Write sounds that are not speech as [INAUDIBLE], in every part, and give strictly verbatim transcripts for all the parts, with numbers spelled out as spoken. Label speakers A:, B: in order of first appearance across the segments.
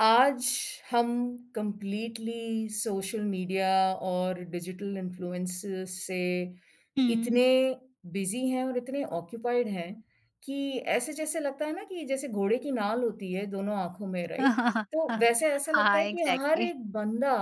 A: आज हम completely social media और डिजिटल इन्फ्लुएंसेस से
B: हुँ।
A: इतने बिजी हैं और इतने ऑक्यूपाइड हैं कि ऐसे जैसे लगता है ना कि जैसे घोड़े की नाल होती है दोनों आंखों में, राइट।
B: [LAUGHS]
A: तो वैसे ऐसा लगता
B: हाँ,
A: है कि हर
B: एग्ज़ैक्टली।
A: एक बंदा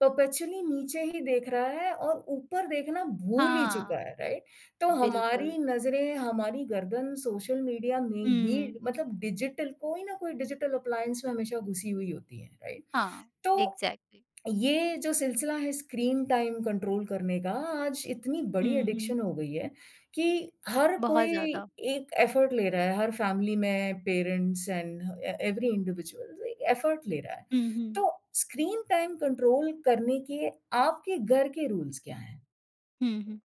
A: परपेचुअली नीचे ही देख रहा है और ऊपर देखना भूल ही
B: हाँ,
A: चुका है, राइट। तो हमारी
B: बिल्कुल।
A: नज़रें, हमारी गर्दन सोशल मीडिया में
B: हुँ।
A: ही, मतलब डिजिटल कोई ना कोई डिजिटल अप्लायंस में हमेशा घुसी हुई होती है, राइट?
B: हाँ,
A: तो
B: एग्ज़ैक्टली।
A: ये जो सिलसिला है स्क्रीन टाइम कंट्रोल करने का, आज इतनी बड़ी
B: हुँ, हुँ।
A: एडिक्शन हो गई है कि हर
B: बहुत
A: कोई
B: ज़्यादा।
A: एक एफर्ट ले रहा है, हर फैमिली में parents and a every individual एक एफर्ट ले रहा है।
B: हुँ, हुँ।
A: तो स्क्रीन टाइम कंट्रोल करने के आपके घर के रूल्स क्या हैं?
B: हुँ, हुँ।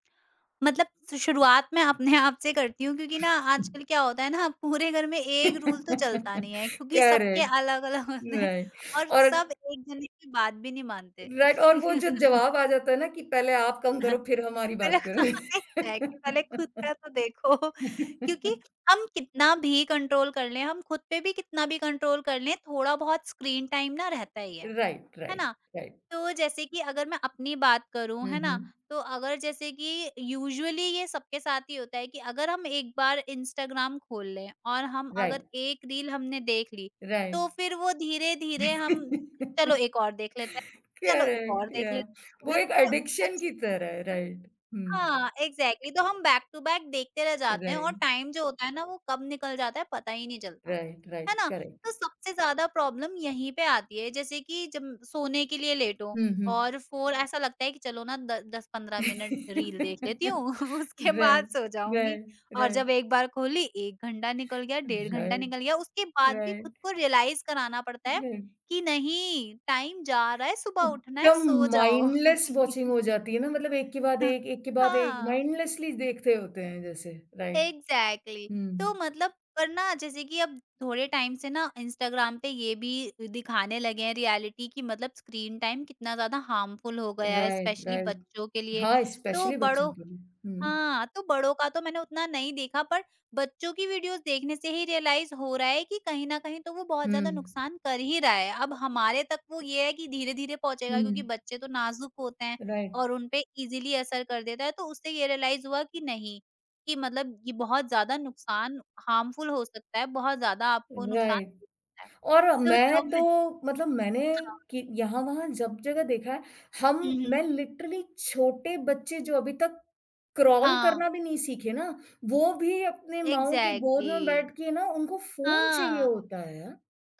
B: मतलब शु- शुरुआत मैं अपने आप से करती हूँ, क्योंकि ना आजकल क्या होता है ना, पूरे घर में एक रूल तो चलता
A: [LAUGHS]
B: नहीं है क्योंकि सबके
A: करेक्ट।
B: अलग-अलग होते हैं
A: राइट।
B: और
A: और,
B: सब एक जने की बात भी नहीं मानते।
A: राइट, और वो जो
B: [LAUGHS]
A: जवाब आ जाता है ना कि पहले आप कम करो फिर हमारी
B: पहले
A: बात
B: [LAUGHS] एग्ज़ैक्टली, पहले खुद
A: करो। [LAUGHS]
B: का तो देखो क्योंकि हम कितना भी कंट्रोल कर लें, हम खुद पे भी कितना भी कंट्रोल कर लें, थोड़ा-बहुत स्क्रीन टाइम ना रहता ही है।
A: राइट,
B: है
A: राइट,
B: ना?
A: राइट।
B: तो जैसे कि अगर मैं अपनी बात करूँ,
A: हुँ,
B: है ना?
A: हुँ।
B: तो अगर जैसे कि यूजुअली ये सबके साथ ही होता है कि अगर हम एक बार इंस्टाग्राम खोल लें और हम अगर
A: राइट,
B: एक रील हमने देख ली, तो
A: राइट।
B: फिर वो धीरे-धीरे हम, चलो एक और देख लेते हैं, चलो एक और
A: करेक्ट,
B: देख
A: याह।
B: लेते हैं,
A: [LAUGHS] वो
B: [LAUGHS]
A: एक
B: चलो
A: एडिक्शन की
B: अच्छा,
A: तरह है, राइट। हुँ,
B: हाँ, एग्ज़ैक्टली, तो हम बैक टू बैक देखते रह जाते हैं और
A: राइट,
B: टाइम जो होता है ना वो कब निकल जाता है पता ही नहीं चलता,
A: राइट, राइट,
B: है ना?
A: करेक्ट।
B: तो सबसे ज़्यादा प्रॉब्लम यहीं पे आती है, जैसे कि जब सोने के लिए लेटो
A: हुँ,
B: और
A: हुँ।
B: फ़ोन, ऐसा लगता है कि चलो ना द दस पंद्रह मिनट
A: [LAUGHS]
B: रील देख लेती हूँ [LAUGHS] उसके बाद
A: राइट,
B: सो जाऊँगी।
A: राइट,
B: और
A: राइट,
B: जब एक बार खोली, एक घंटा निकल गया, डेढ़ घंटा
A: राइट,
B: निकल गया, उसके बाद भी खुद
A: राइट।
B: को रियलाइज़ कराना पड़ता है
A: [LAUGHS] राइट।
B: कि नहीं, टाइम जा रहा है, सुबह उठना है,
A: एकदम
B: सो जाओ।
A: माइंडलेस वॉचिंग हो जाती है ना, मतलब एक के बाद एक,
B: [LAUGHS]
A: एक के बाद एक
B: हाँ।
A: माइंडलेसली देखते होते हैं जैसे। राइट।
B: Exactly exactly।
A: हुँ।
B: तो मतलब पर ना, जैसे कि अब थोड़े टाइम से ना इंस्टाग्राम पे ये भी दिखाने लगे हैं रियलिटी की, मतलब स्क्रीन टाइम कितना ज्यादा हार्मफुल हो गया है
A: राइट,
B: स्पेशली
A: राइट।
B: बच्चों के लिए।
A: हाँ,
B: तो
A: स्पेशली बच्चों
B: बड़ों,
A: के लिए। हुँ।
B: हाँ, तो बड़ों का तो मैंने उतना नहीं देखा पर बच्चों की वीडियोज़ देखने से ही रियलाइज़ हो रहा है कि कहीं न कहीं तो वो बहुत
A: हुँ।
B: ज़्यादा नुकसान कर ही रहा है। अब हमारे तक वो ये है कि धीरे-धीरे
A: हुँ।
B: पहुँचेगा, क्योंकि बच्चे तो नाज़ुक होते हैं
A: राइट,
B: और उन पे इज़िली असर कर देता है। तो उससे ये रियलाइज़ हुआ कि नहीं, कि मतलब ये बहुत ज़्यादा नुकसान, हार्मफुल हो सकता है, बहुत ज़्यादा आपको नुकसान
A: राइट।
B: दे सकता
A: और
B: है। तो
A: मैं
B: तब
A: तो,
B: मैं,
A: मतलब मैंने
B: हाँ।
A: कि यहाँ-वहाँ जब जगह देखा है,
B: हुँ,
A: हम
B: हुँ।
A: मैं लिटरली छोटे बच्चे जो अभी तक क्रॉल
B: हाँ,
A: करना भी नहीं सीखे ना, वो भी अपने माँओं के गोद
B: एग्ज़ैक्टली।
A: में बैठ के ना उनको फ़ोन चाहिए
B: हाँ।
A: होता है।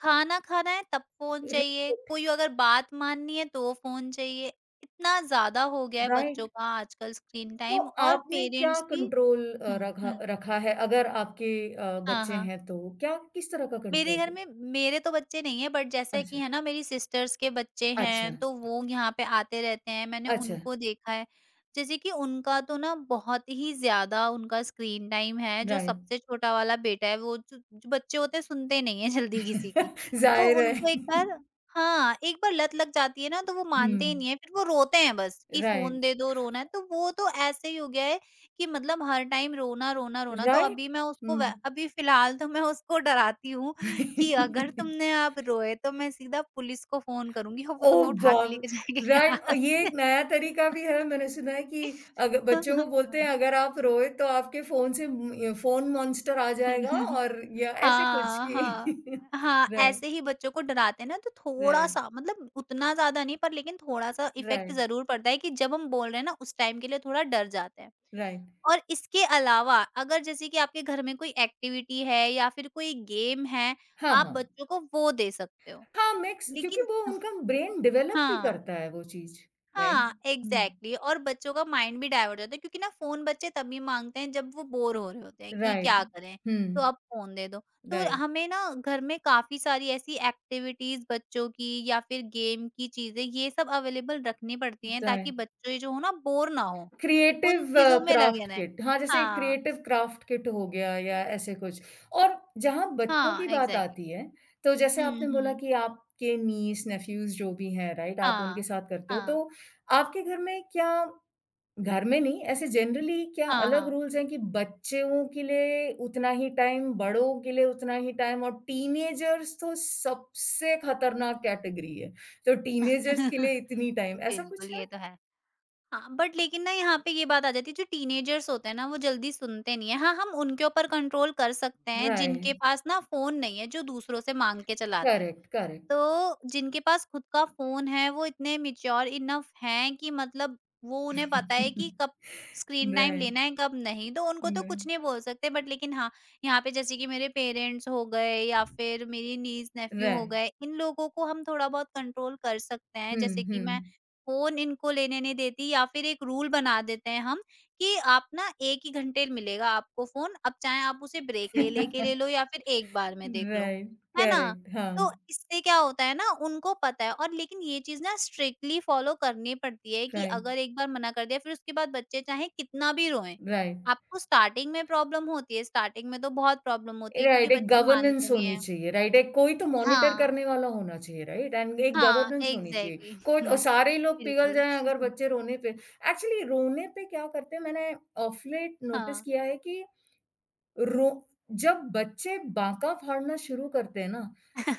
B: खाना खाना है तब फ़ोन चाहिए,
A: राइट,
B: कोई अगर बात माननी है तो फ़ोन चाहिए। इतना ज़्यादा हो गया है बच्चों
A: राइट।
B: का आजकल स्क्रीन
A: तो
B: टाइम, और
A: आपने क्या
B: पेरेंट्स भी।
A: कंट्रोल अ,
B: हुँ,
A: रखा
B: हुँ।
A: रखा है अगर आपके अ,
B: हाँ,
A: बच्चे
B: हाँ।
A: हैं तो? क्या किस तरह का
B: मेरे घर
A: कंट्रोल?
B: में, मेरे तो बच्चे नहीं है, बट जैसे कि
A: अच्छा,
B: है ना मेरी सिस्टर्स के बच्चे
A: अच्छा,
B: हैं, तो वो यहाँ पे आते रहते हैं, मैंने
A: अच्छा।
B: उनको देखा है। जैसे कि उनका तो ना बहुत ही ज्यादा उनका स्क्रीन टाइम है। जो
A: राइट।
B: सबसे छोटा वाला बेटा है वो, जो, जो बच्चे होते हैं सुनते ही नहीं है [LAUGHS] जल्दी किसी की।
A: [LAUGHS]
B: तो
A: ज़ाहिर है।
B: उनको एक बार, हाँ एक बार लत लग जाती है ना तो वो
A: हुँ,
B: मानते ही नहीं है, फिर वो रोते हैं बस कि फोन
A: राइट,
B: दे दो, रोना है तो वो तो ऐसे ही हो गया है कि मतलब हर टाइम रोना रोना रोना। तो अभी
A: राइट।
B: मैं उसको वै-
A: हुँ।
B: अभी फिलहाल तो मैं उसको डराती हूँ
A: ओह।
B: कि अगर तुमने
A: [LAUGHS]
B: आप रोए तो मैं सीधा पुलिस को फ़ोन करूँगी और वो तुम्हें उठा के
A: बाप!
B: लेके जाएँगे यहाँ
A: राइट। और ये एक
B: से।
A: नया तरीका भी है, मैंने सुना है कि अग बच्चों को बोलते हैं
B: [LAUGHS]
A: अगर आप रोए तो आपके फ़ोन से म य फ़ोन मॉन्स्टर आ जाएगा, और या ऐसे कुछ
B: हाँ, हाँ।
A: कि।
B: हाँ,
A: [LAUGHS] राइट।
B: ऐसे ही बच्चों को डराते हैं ना, तो
A: राइट,
B: थोड़ा-सा, मतलब उतना ज़्यादा नहीं पर लेकिन थोड़ा-सा इफ़ेक्ट
A: राइट,
B: ज़रूर पड़ता है कि जब हम बोल रहे हैं ना उस टाइम के लिए थोड़ा डर जाते हैं।
A: राइट।
B: और इसके अलावा अगर जैसे कि आपके घर में कोई एक्टिविटी है या फिर कोई गेम है,
A: हाँ,
B: आप
A: हाँ।
B: बच्चों को वो दे सकते हो।
A: हाँ, मिक्स क्योंकि
B: लेकिन,
A: वो उनका ब्रेन डेवलप भी
B: हाँ।
A: करता है वो चीज़, राइट?
B: हाँ,
A: हुँ,
B: एग्ज़ैक्टली, और बच्चों का माइंड भी डाइवर्ट हो जाता है क्योंकि ना फ़ोन बच्चे तभी माँगते हैं जब वो बोर हो रहे होते हैं कि
A: राइट।
B: क्या करें, तो
A: हुँ,
B: अब फ़ोन दे दो। तो
A: राइट,
B: हमें ना घर में काफ़ी सारी ऐसी एक्टिविटीज़ बच्चों की या फिर गेम की चीज़ें, ये सब अवेलेबल रखनी पड़ती हैं, ताकि
A: राइट।
B: बच्चे जो हो ना बोर ना हो, उन
A: क्रिएटिव
B: चीज़ों में लगे
A: क्राफ्ट
B: रहें।
A: किट हाँ, जैसे
B: हाँ,
A: क्रिएटिव क्राफ्ट किट हो गया या ऐसे कुछ। और जहाँ बच्चों
B: हाँ,
A: की बात
B: एग्ज़ैक्टली।
A: आती है, तो जैसे आपने
B: हुँ,
A: बोला
B: हुँ।
A: कि आपके नीस, नेफ्यूज़ जो भी हैं, राइट? आप उनके
B: हाँ,
A: साथ करते हो,
B: हाँ,
A: तो आपके घर में क्या घर में नहीं, ऐसे जनरली क्या
B: हाँ,
A: अलग
B: हाँ।
A: रूल्स हैं कि बच्चों के लिए उतना ही टाइम, बड़ों के लिए उतना ही टाइम, और टीनेजर्स तो सबसे खतरनाक कैटेगरी है। तो टीनेजर्स के लिए
B: [LAUGHS]
A: इतनी टाइम, ऐसा कुछ
B: बिल्कुल,
A: है?
B: ये तो है। हाँ, बट लेकिन ना यहाँ पे ये बात आ जाती है, जो टीनेजर्स होते हैं ना वो जल्दी सुनते नहीं है। हाँ, हम उनके ऊपर कंट्रोल कर सकते हैं
A: राइट,
B: जिनके पास ना फ़ोन नहीं है, जो दूसरों से माँग के चलाते हैं।
A: Correct, correct.
B: तो जिनके पास खुद का फ़ोन है, वो इतने मैच्योर इनफ हैं कि मतलब, वो, उन्हें पता है कि
A: [LAUGHS]
B: कब स्क्रीन टाइम
A: राइट,
B: लेना है, कब नहीं। तो उनको तो कुछ
A: राइट,
B: नहीं बोल सकते, बट लेकिन हाँ, यहाँ पे जैसे कि मेरे पेरेंट्स हो गए या फिर मेरी नीज़-नेफ़्यू हो
A: राइट।
B: गए, इन लोगों को हम थोड़ा बहुत कंट्रोल कर सकते हैं।
A: हुँ,
B: जैसे कि मैं
A: हुँ।
B: फ़ोन इनको लेने नहीं देती, या फिर एक रूल बना देते हैं हम कि आप ना एक ही घंटे मिलेगा आपको फ़ोन, अब चाहे आप उसे ब्रेक ले लेके
A: [LAUGHS]
B: ले लो या फिर एक बार में देख लो।
A: राइट,
B: है ना?
A: करेक्ट, हाँ,
B: तो इससे क्या होता है ना उनको पता है, और लेकिन ये चीज़ ना स्ट्रिक्टली फॉलो करनी पड़ती है कि
A: राइट,
B: अगर एक बार मना कर दिया फिर उसके बाद बच्चे चाहे कितना भी रोएं।
A: राइट।
B: आपको स्टार्टिंग में प्रॉब्लम होती है, स्टार्टिंग में तो बहुत प्रॉब्लम होती है क्योंकि
A: राइट, एक
B: बच्चे
A: गवर्नेंस
B: मानते नहीं
A: होनी
B: हैं।
A: चाहिए, राइट? एक कोई तो मॉनिटर
B: हाँ,
A: करने वाला होना चाहिए, राइट? एंड एक
B: हाँ,
A: गवर्नेंस होनी चाहिए।
B: एग्ज़ैक्टली।
A: कोई और
B: [LAUGHS]
A: सारे ही लोग पिघल
B: बिल्कुल।
A: जाएँ अगर
B: [LAUGHS]
A: बच्चे रोने पे, एक्चुअली रोने पे क्या करते हैं, मैंने ऑफ लेट नोटिस
B: हाँ।
A: किया है कि रो जब बच्चे बाँका फाड़ना शुरू करते हैं ना,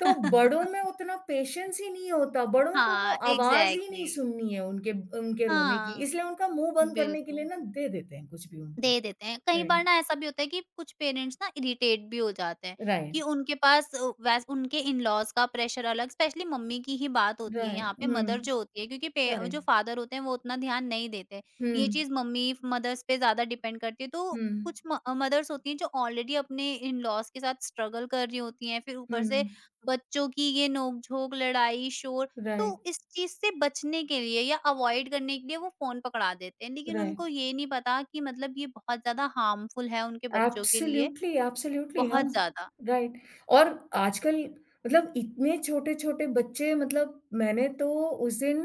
A: तो बड़ों में उतना पेशेंस ही नहीं होता। बड़ों को वो
B: हाँ,
A: आवाज़ ही
B: एग्ज़ैक्टली।
A: नहीं सुननी है, उनके उनके रोने की,
B: हाँ,
A: इसलिए उनका मुँह बंद करने के लिए
B: बिल्कुल।
A: ना दे देते हैं कुछ भी उनको।
B: दे देते हैं। कई
A: राइट,
B: बार ना ऐसा भी होता है कि कुछ पेरेंट्स ना इरिटेट भी हो जाते हैं
A: राइट,
B: कि उनके पास अ, वैस उनके इन-लॉज़ का प्रेशर अलग, स्पेशली मम्मी की ही बात होती है
A: राइट।
B: यहाँ पे,
A: हुँ,
B: मदर जो होती है, क्योंकि पे जो
A: करेक्ट।
B: फादर होते हैं वो उतना ध्यान नहीं देते।
A: हुँ।
B: ये चीज़ मम्मी मदर्स पे ज़्यादा डिपेंड करती है। तो
A: Hmm.
B: कुछ म मदर्स होती हैं जो ऑलरेडी अपने इन-लॉज़ के साथ स्ट्रगल कर रही होती हैं, फिर ऊपर से
A: Hmm.
B: बच्चों की ये नोक-झोंक, लड़ाई, शोर। तो
A: Right.
B: इस चीज से बचने के लिए या अवॉइड करने के लिए वो फोन पकड़ा देते हैं, लेकिन
A: Right.
B: उनको ये नहीं पता कि मतलब ये बहुत ज्यादा हार्मफुल है उनके बच्चों के लिए,
A: एब्सोल्युटली, एब्सोल्युटली, हाँ,
B: बहुत ज्यादा।
A: राइट। और आजकल मतलब इतने छोटे-छोटे बच्चे, मतलब मैंने तो उस दिन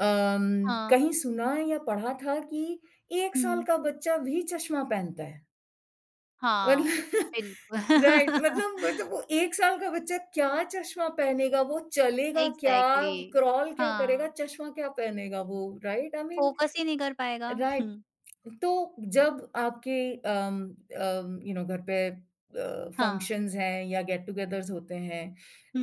A: अम,
B: हाँ।
A: कहीं सुना या पढ़ा था कि एक साल
B: हुँ,
A: का बच्चा भी चश्मा पहनता है। मतलब,
B: हाँ,
A: [LAUGHS]
B: बिल्कुल।
A: राइट, मतलब वो तो
B: [LAUGHS]
A: वो एक साल का बच्चा क्या चश्मा पहनेगा? वो चलेगा क्या?
B: एग्जैक्टली
A: क्रॉल
B: exactly,
A: क्या करेगा?
B: हाँ,
A: चश्मा क्या पहनेगा वो? Right, I mean.
B: फोकस ही नहीं कर पाएगा।
A: राइट।
B: हुँ,
A: तो जब आपके अम अम, यू नो घर पे अ,
B: हाँ।
A: फंक्शंस हैं या गेट टुगेदर्स होते हैं,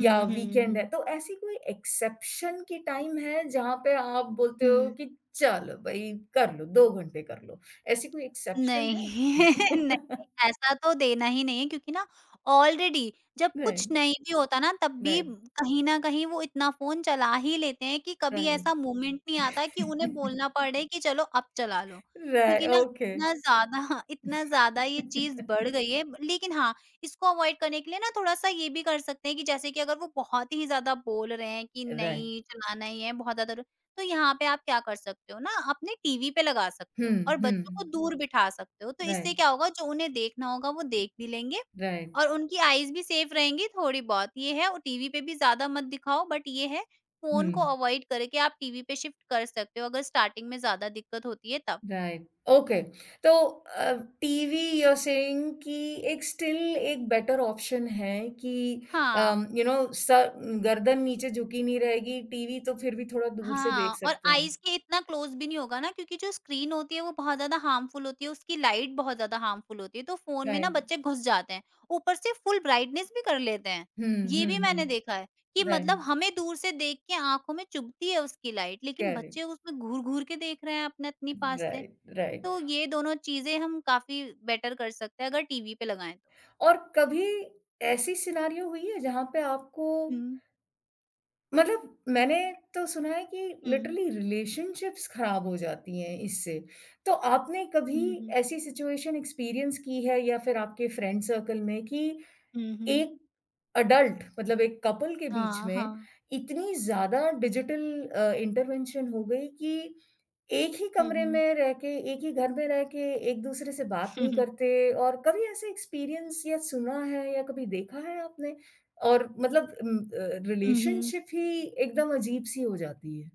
A: या
B: हम्म,
A: वीकेंड है,
B: हम्म।
A: तो ऐसी कोई एक्सेप्शन की टाइम है जहाँ पे आप बोलते हो
B: हम्म,
A: कि चलो भाई कर लो दो घंटे कर लो, ऐसी कोई एक्सेप्शन है?
B: नहीं, [LAUGHS] नहीं, नहीं,
A: [LAUGHS]
B: ऐसा तो देना ही नहीं है क्योंकि ना ऑलरेडी जब कुछ
A: राइट,
B: नहीं भी होता ना तब भी
A: राइट,
B: कहीं न कहीं वो इतना फ़ोन चला ही लेते हैं कि कभी
A: राइट।
B: ऐसा मोमेंट नहीं आता कि उन्हें बोलना पड़े कि चलो अब चला लो।
A: राइ
B: क्योंकि ना
A: ओके।
B: इतना ज़्यादा [LAUGHS] इतना ज़्यादा ये चीज़ बढ़ गई है, लेकिन हाँ, इसको अवॉइड करने के लिए ना थोड़ा-सा ये भी कर सकते हैं कि जैसे कि अगर वो बहुत ही ज़्यादा बोल रहे हैं कि
A: राइट,
B: नहीं चलाना ही है, बहुत ज़्यादा, तो यहाँ पे आप क्या कर सकते हो ना अपने टीवी पे लगा सकते
A: हुँ,
B: हो और
A: हुँ,
B: बच्चों को दूर बिठा सकते हो। तो
A: राइट,
B: इससे क्या होगा, जो उन्हें देखना होगा वो देख भी लेंगे,
A: राइट,
B: और उनकी आईज़ भी सेफ रहेंगी थोड़ी बहुत। ये है, और टीवी पे भी ज़्यादा मत दिखाओ, बट ये है, फ़ोन को
A: हुँ। [LAUGHS]
B: अवॉइड करके आप टीवी पे शिफ्ट कर सकते हो अगर स्टार्टिंग में ज़्यादा दिक्कत होती है तब।
A: Right, okay. तो uh, TV, you are saying कि एक स्टिल एक बेटर ऑप्शन है कि
B: हाँ।
A: अम, यू नो स गर्दन नीचे झुकी नहीं रहेगी, टीवी तो फिर भी थोड़ा दूर से देख
B: हाँ, और
A: सकते हैं।
B: आइज़ के इतना क्लोज़ भी नहीं होगा ना, क्योंकि जो स्क्रीन होती है वो बहुत ज़्यादा हार्मफुल होती है, उसकी लाइट बहुत ज़्यादा हार्मफुल होती है, तो फ़ोन में ना
A: राइट,
B: बच्चे घुस जाते हैं। ऊपर से फुल ब्राइटनेस भी कर लेते हैं।
A: हुँ,
B: ये
A: हुँ,
B: भी मैंने देखा
A: हुँ,
B: है कि
A: राइट,
B: मतलब हमें दूर से देख के आँखों में चुभती है उसकी लाइट, लेकिन
A: करेक्ट,
B: बच्चे उसमें घूर-घूर के देख रहे हैं अपने इतनी पास से।
A: Right, right.
B: तो ये दोनों चीज़ें हम काफ़ी बेटर कर सकते हैं अगर टीवी पे लगाएँ तो।
A: और कभी ऐसी सिनेरियो हुई है जहाँ पे आपको,
B: हुँ,
A: मतलब मैंने तो सुना है कि
B: हुँ,
A: लिटरली रिलेशनशिप्स खराब हो जाती हैं इससे। तो आपने कभी
B: हुँ, हुँ,
A: ऐसी सिचुएशन एक्सपीरियंस की है या फिर आपके फ्रेंड सर्कल में कि
B: हुँ, हुँ।
A: एक एडल्ट, मतलब एक कपल के बीच
B: हाँ,
A: में
B: हाँ।
A: इतनी ज़्यादा डिजिटल अ, इंटरवेंशन हो गई कि एक ही
B: हुँ,
A: कमरे
B: हुँ,
A: में रह के, एक ही घर में रह के एक-दूसरे से बात नहीं
B: हुँ,
A: करते, और कभी ऐसे एक्सपीरियंस या सुना है या कभी देखा है आपने? और मतलब उम, अ,
B: हुँ।
A: रिलेशनशिप
B: [LAUGHS]
A: ही एकदम अजीब-सी हो जाती है।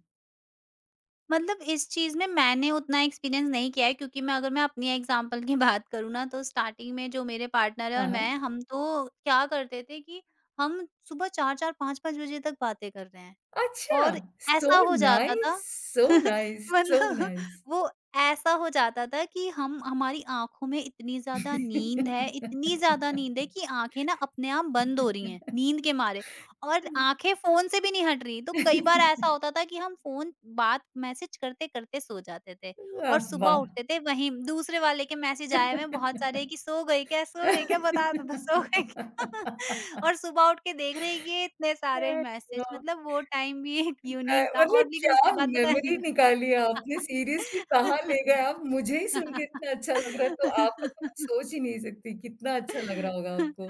B: मतलब इस चीज़ में मैंने उतना एक्सपीरियंस नहीं किया है क्योंकि मैं, अगर मैं अपनी एग्ज़ाम्पल की [LAUGHS] बात करूँ ना, तो स्टार्टिंग में जो मेरे पार्टनर है
A: हाँ,
B: और मैं,
A: हाँ।
B: हम तो क्या करते थे कि हम सुबह चार चार पाँच पाँच बजे तक बातें कर रहे हैं।
A: अच्छा!
B: और
A: सो
B: ऐसा हो जाता
A: नाइस,
B: था।
A: सो
B: [LAUGHS]
A: नाइस, सो
B: मतलब,
A: नाइस।
B: वो, ऐसा हो जाता था कि हम, हमारी आँखों में इतनी ज़्यादा नींद है, इतनी ज़्यादा नींद है कि आँखें ना अपने आप बंद हो रही हैं, नींद के मारे, और आँखें फ़ोन से भी नहीं हट रही। तो कई बार ऐसा होता था कि हम फ़ोन बात मैसेज करते-करते सो जाते थे, और
A: वाह,
B: सुबह
A: वाह!
B: उठते थे वहीं दूसरे वाले के मैसेज आए हुए हैं बहुत सारे कि सो गई क्या? सो गई क्या? बता दो तो, सो गई क्या? [LAUGHS]
A: [LAUGHS]
B: और सुबह उठ के देख रहे हैं ये इतने सारे मैसेज, मतलब वो टाइम भी एक
A: अ,
B: यूनिक था, और
A: मतलब
B: लेकिन
A: क्या
B: उसके बाद पता
A: मेमोरी
B: है
A: निकाली आपने, सीरियसली कहाँ ले गए
B: [LAUGHS]
A: आप? मुझे ही सुन के इतना अच्छा लग रहा है, तो आपका तो मैं सोच ही नहीं सकती कितना अच्छा लग रहा होगा आपको।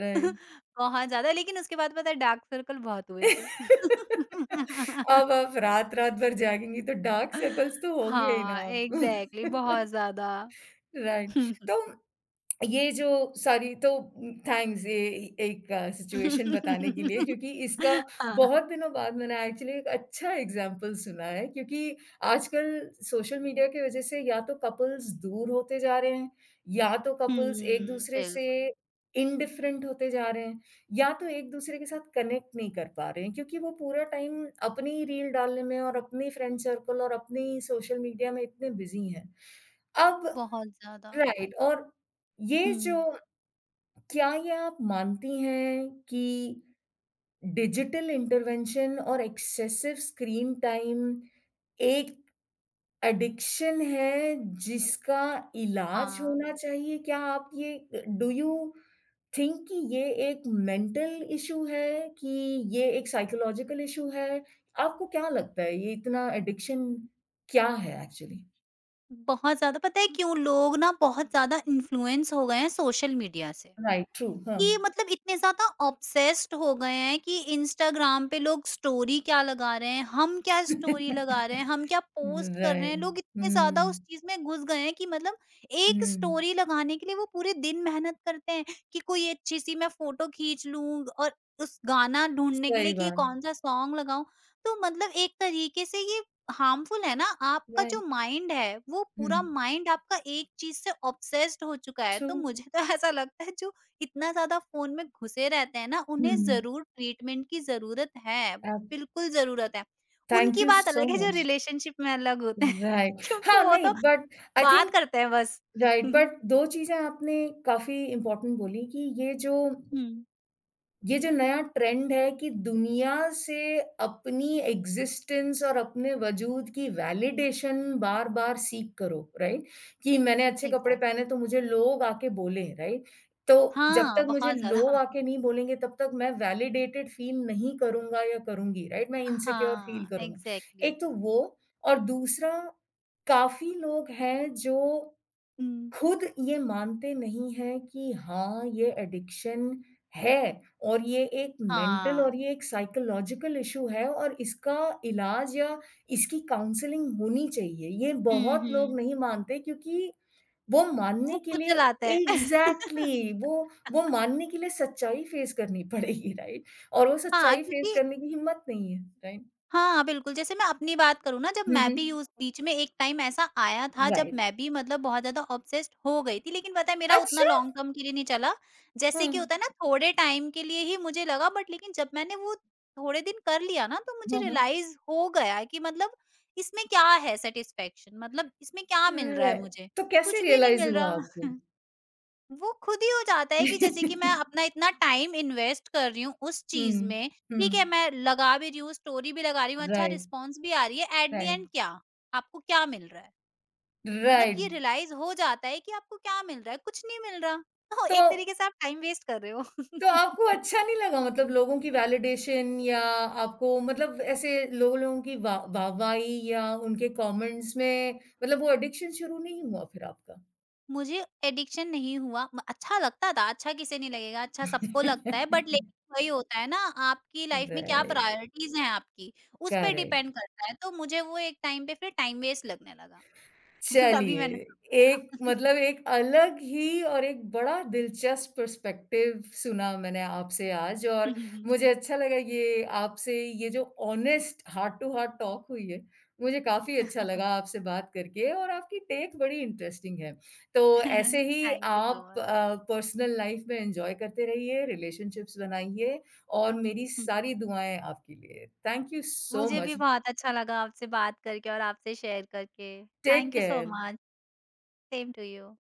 A: राइट।
B: बहुत ज़्यादा, लेकिन उसके बाद पता है डार्क सर्कल बहुत हुए थे।
A: [LAUGHS] अब
B: [LAUGHS]
A: आप रात-रात भर जागेंगी तो डार्क सर्कल्स तो होंगे ही ना
B: हाँ,
A: आपको।
B: एग्ज़ैक्टली,
A: [LAUGHS]
B: बहुत ज़्यादा।
A: राइट, तो ये जो सारी तो थैंक्स, ये एक सिचुएशन बताने के लिए,
B: [LAUGHS]
A: क्योंकि इसका
B: हाँ।
A: बहुत दिनों बाद मैंने एक्चुअली एक अच्छा एग्जांपल सुना है, क्योंकि आजकल सोशल मीडिया की वजह से या तो कपल्स दूर होते जा रहे हैं, या तो कपल्स
B: हुँ,
A: एक-दूसरे से
B: बिल्कुल।
A: इंडिफरेंट होते जा रहे हैं, या तो एक-दूसरे के साथ कनेक्ट नहीं कर पा रहे हैं क्योंकि वो पूरा टाइम अपनी रील डालने में और अपनी फ्रेंड सर्कल और अपनी सोशल मीडिया में इतने बिज़ी हैं। अब
B: बहुत ज़्यादा।
A: राइट, और ये जो
B: हुँ,
A: क्या ये आप मानती हैं कि डिजिटल इंटरवेंशन और एक्सेसिव स्क्रीन टाइम एक एडिक्शन है जिसका इलाज
B: हाँ।
A: होना चाहिए? क्या आप ये डू यू थिंक कि ये एक मेंटल इश्यू है कि ये एक साइकोलॉजिकल इश्यू है? आपको क्या लगता है ये इतना एडिक्शन क्या है एक्चुअली?
B: बहुत ज़्यादा, पता है क्यों? लोग ना बहुत ज़्यादा इन्फ्लुएंस हो गए हैं सोशल मीडिया से।
A: राइट, ट्रू, हाँ।
B: कि मतलब इतने ज़्यादा ऑब्सेस्ड हो गए हैं कि इंस्टाग्राम पे लोग स्टोरी क्या लगा रहे हैं, हम क्या स्टोरी लगा रहे हैं, हम क्या
A: [LAUGHS]
B: पोस्ट कर रहे
A: राइट,
B: हैं। लोग इतने ज़्यादा उस
A: हुँ।
B: चीज़ में घुस गए हैं कि मतलब एक
A: हुँ,
B: स्टोरी लगाने के लिए वो पूरे दिन मेहनत करते हैं कि कोई अच्छी-सी मैं फ़ोटो खींच लूँ, और उस गाना ढूँढने के
A: सही
B: लिए कि ये
A: बात,
B: कौन-सा सॉन्ग लगाऊँ। तो मतलब एक तरीके से ये हार्मफुल है ना, आपका जो
A: राइट,
B: माइंड है, वो
A: हुँ,
B: पूरा माइंड आपका एक चीज़ से ऑब्सेस्ड हो चुका है।
A: ट्रू,
B: तो मुझे तो [LAUGHS] ऐसा लगता है जो इतना ज़्यादा फ़ोन में घुसे रहते हैं ना, उन्हें
A: हुँ,
B: ज़रूर ट्रीटमेंट की ज़रूरत है,
A: अ,
B: बिल्कुल ज़रूरत है।
A: थैंक
B: उनकी
A: यू
B: बात
A: सो
B: अलग है जो
A: मच,
B: रिलेशनशिप में अलग होते हैं
A: राइट।
B: [LAUGHS] क्योंकि
A: हाँ,
B: वो
A: नहीं,
B: तो
A: बट आई
B: बात
A: थिंक,
B: करते हैं बस।
A: राइट,
B: [LAUGHS]
A: बट दो चीज़ें आपने काफ़ी इम्पोर्टेंट बोली, कि ये जो
B: हुँ,
A: ये जो नया ट्रेंड है कि दुनिया से अपनी एग्जिस्टेंस और अपने वजूद की वैलिडेशन बार-बार सीक करो, राइट? कि मैंने अच्छे कपड़े पहने
B: एग्ज़ैक्टली।
A: तो मुझे लोग आके बोले, राइट? तो जब
B: हाँ,
A: तक मुझे
B: बहुत
A: लोग
B: ज़्यादा।
A: आके नहीं बोलेंगे तब तक मैं वैलिडेटेड फील नहीं करूँगा या करूँगी, राइट? मैं इनसिक्योर फील
B: हाँ,
A: करूँगा।
B: एग्ज़ैक्टली।
A: एक तो वो, और दूसरा, काफ़ी लोग हैं जो
B: हुँ।
A: खुद ये मानते नहीं हैं कि हाँ, ये एडिक्शन है, और ये एक मेंटल, और
B: हाँ।
A: ये एक साइकोलॉजिकल इश्यू है, और इसका इलाज या इसकी काउंसलिंग होनी चाहिए। ये
B: हुँ,
A: बहुत लोग
B: हुँ।
A: नहीं मानते क्योंकि वो मानने
B: वो
A: के
B: खुद
A: लिए
B: चलाते हैं।
A: एग्ज़ैक्टली, वो वो
B: [LAUGHS]
A: मानने के लिए सच्चाई फेस करनी [LAUGHS] पड़ेगी, राइट? और वो
B: हाँ,
A: सच्चाई फेस
B: क्योंकि,
A: करने की हिम्मत नहीं है, राइट?
B: हाँ, बिल्कुल, जैसे मैं अपनी बात करूँ ना, जब
A: हुँ,
B: मैं भी
A: हुँ।
B: यूज़ बीच में एक टाइम ऐसा आया था जब
A: राइट।
B: मैं भी मतलब बहुत ज़्यादा ऑब्सेस्ड हो गई थी, लेकिन पता है मेरा उतना
A: अच्छा!
B: लॉन्ग टर्म के लिए नहीं चला। जैसे कि
A: हुँ।
B: होता है ना थोड़े टाइम के लिए ही मुझे लगा, बट लेकिन जब मैंने वो थोड़े दिन कर लिया ना, तो मुझे
A: हाँ, हाँ।
B: रियलाइज़ हो गया कि मतलब, इसमें क्या है सैटिस्फैक्शन, मतलब इसमें क्या मिल रहा
A: र
B: है मुझे?
A: तो कैसे
B: कुछ भी नहीं
A: रियलाइज़
B: मिल
A: हुआ
B: रहा।
A: आपको?
B: वो खुद ही हो जाता है कि जैसे कि मैं अपना
A: [LAUGHS]
B: इतना टाइम इन्वेस्ट कर रही हूँ उस चीज
A: हुँ,
B: में, ठीक है,
A: हुँ।
B: मैं लगा भी रही हूँ, स्टोरी भी लगा रही हूँ, अच्छा
A: राइट,
B: रिस्पॉन्स भी आ रही है, एट द
A: राइट,
B: एंड क्या? आपको क्या मिल रहा है? मतलब
A: राइट।
B: ये रियलाइज़ हो जाता है कि आपको क्या मिल रहा है, कुछ नहीं मिल रहा। तो
A: तो
B: एक तरीके से आप टाइम वेस्ट कर रहे हो।
A: तो
B: [LAUGHS]
A: आपको अच्छा नहीं लगा, मतलब लोगों की वैलिडेशन, या आपको, मतलब ऐसे लोग लोगों की वा वाहवाही या उनके कमेंट्स में, मतलब वो एडिक्शन शुरू नहीं हुआ फिर आपका?
B: मुझे एडिक्शन नहीं हुआ, म अच्छा लगता था, अच्छा किसे नहीं लगेगा, अच्छा सबको लगता है, बट लेकिन वही होता है ना, आपकी
A: [LAUGHS]
B: लाइफ में क्या
A: राइट,
B: प्रायोरिटीज़ हैं आपकी, उस पे
A: करेक्ट।
B: डिपेंड करता है, तो मुझे वो एक टाइम पे फिर टाइम वेस्ट लगने लगा। [LAUGHS] तभी
A: चलिए,
B: मैंने
A: एक
B: सोचा।
A: मतलब एक अलग ही और एक बड़ा दिलचस्प पर्सपेक्टिव सुना मैंने आपसे आज, और
B: [LAUGHS]
A: मुझे अच्छा लगा ये आपसे ये जो honest heart to heart talk हुई है, मुझे काफ़ी अच्छा लगा आपसे बात करके और आपकी टेक बड़ी इंटरेस्टिंग है। तो ऐसे ही
B: थैंक यू सो
A: आप
B: मच।
A: अ, पर्सनल लाइफ में एन्जॉय करते रहिए, रिलेशनशिप्स बनाइए, और मेरी
B: [LAUGHS]
A: सारी दुआएँ आपके लिए। थैंक यू सो
B: मुझे भी
A: मच।
B: बहुत अच्छा लगा आपसे बात करके और आपसे शेयर करके।
A: Take
B: thank you so
A: care.
B: Much. Same to you.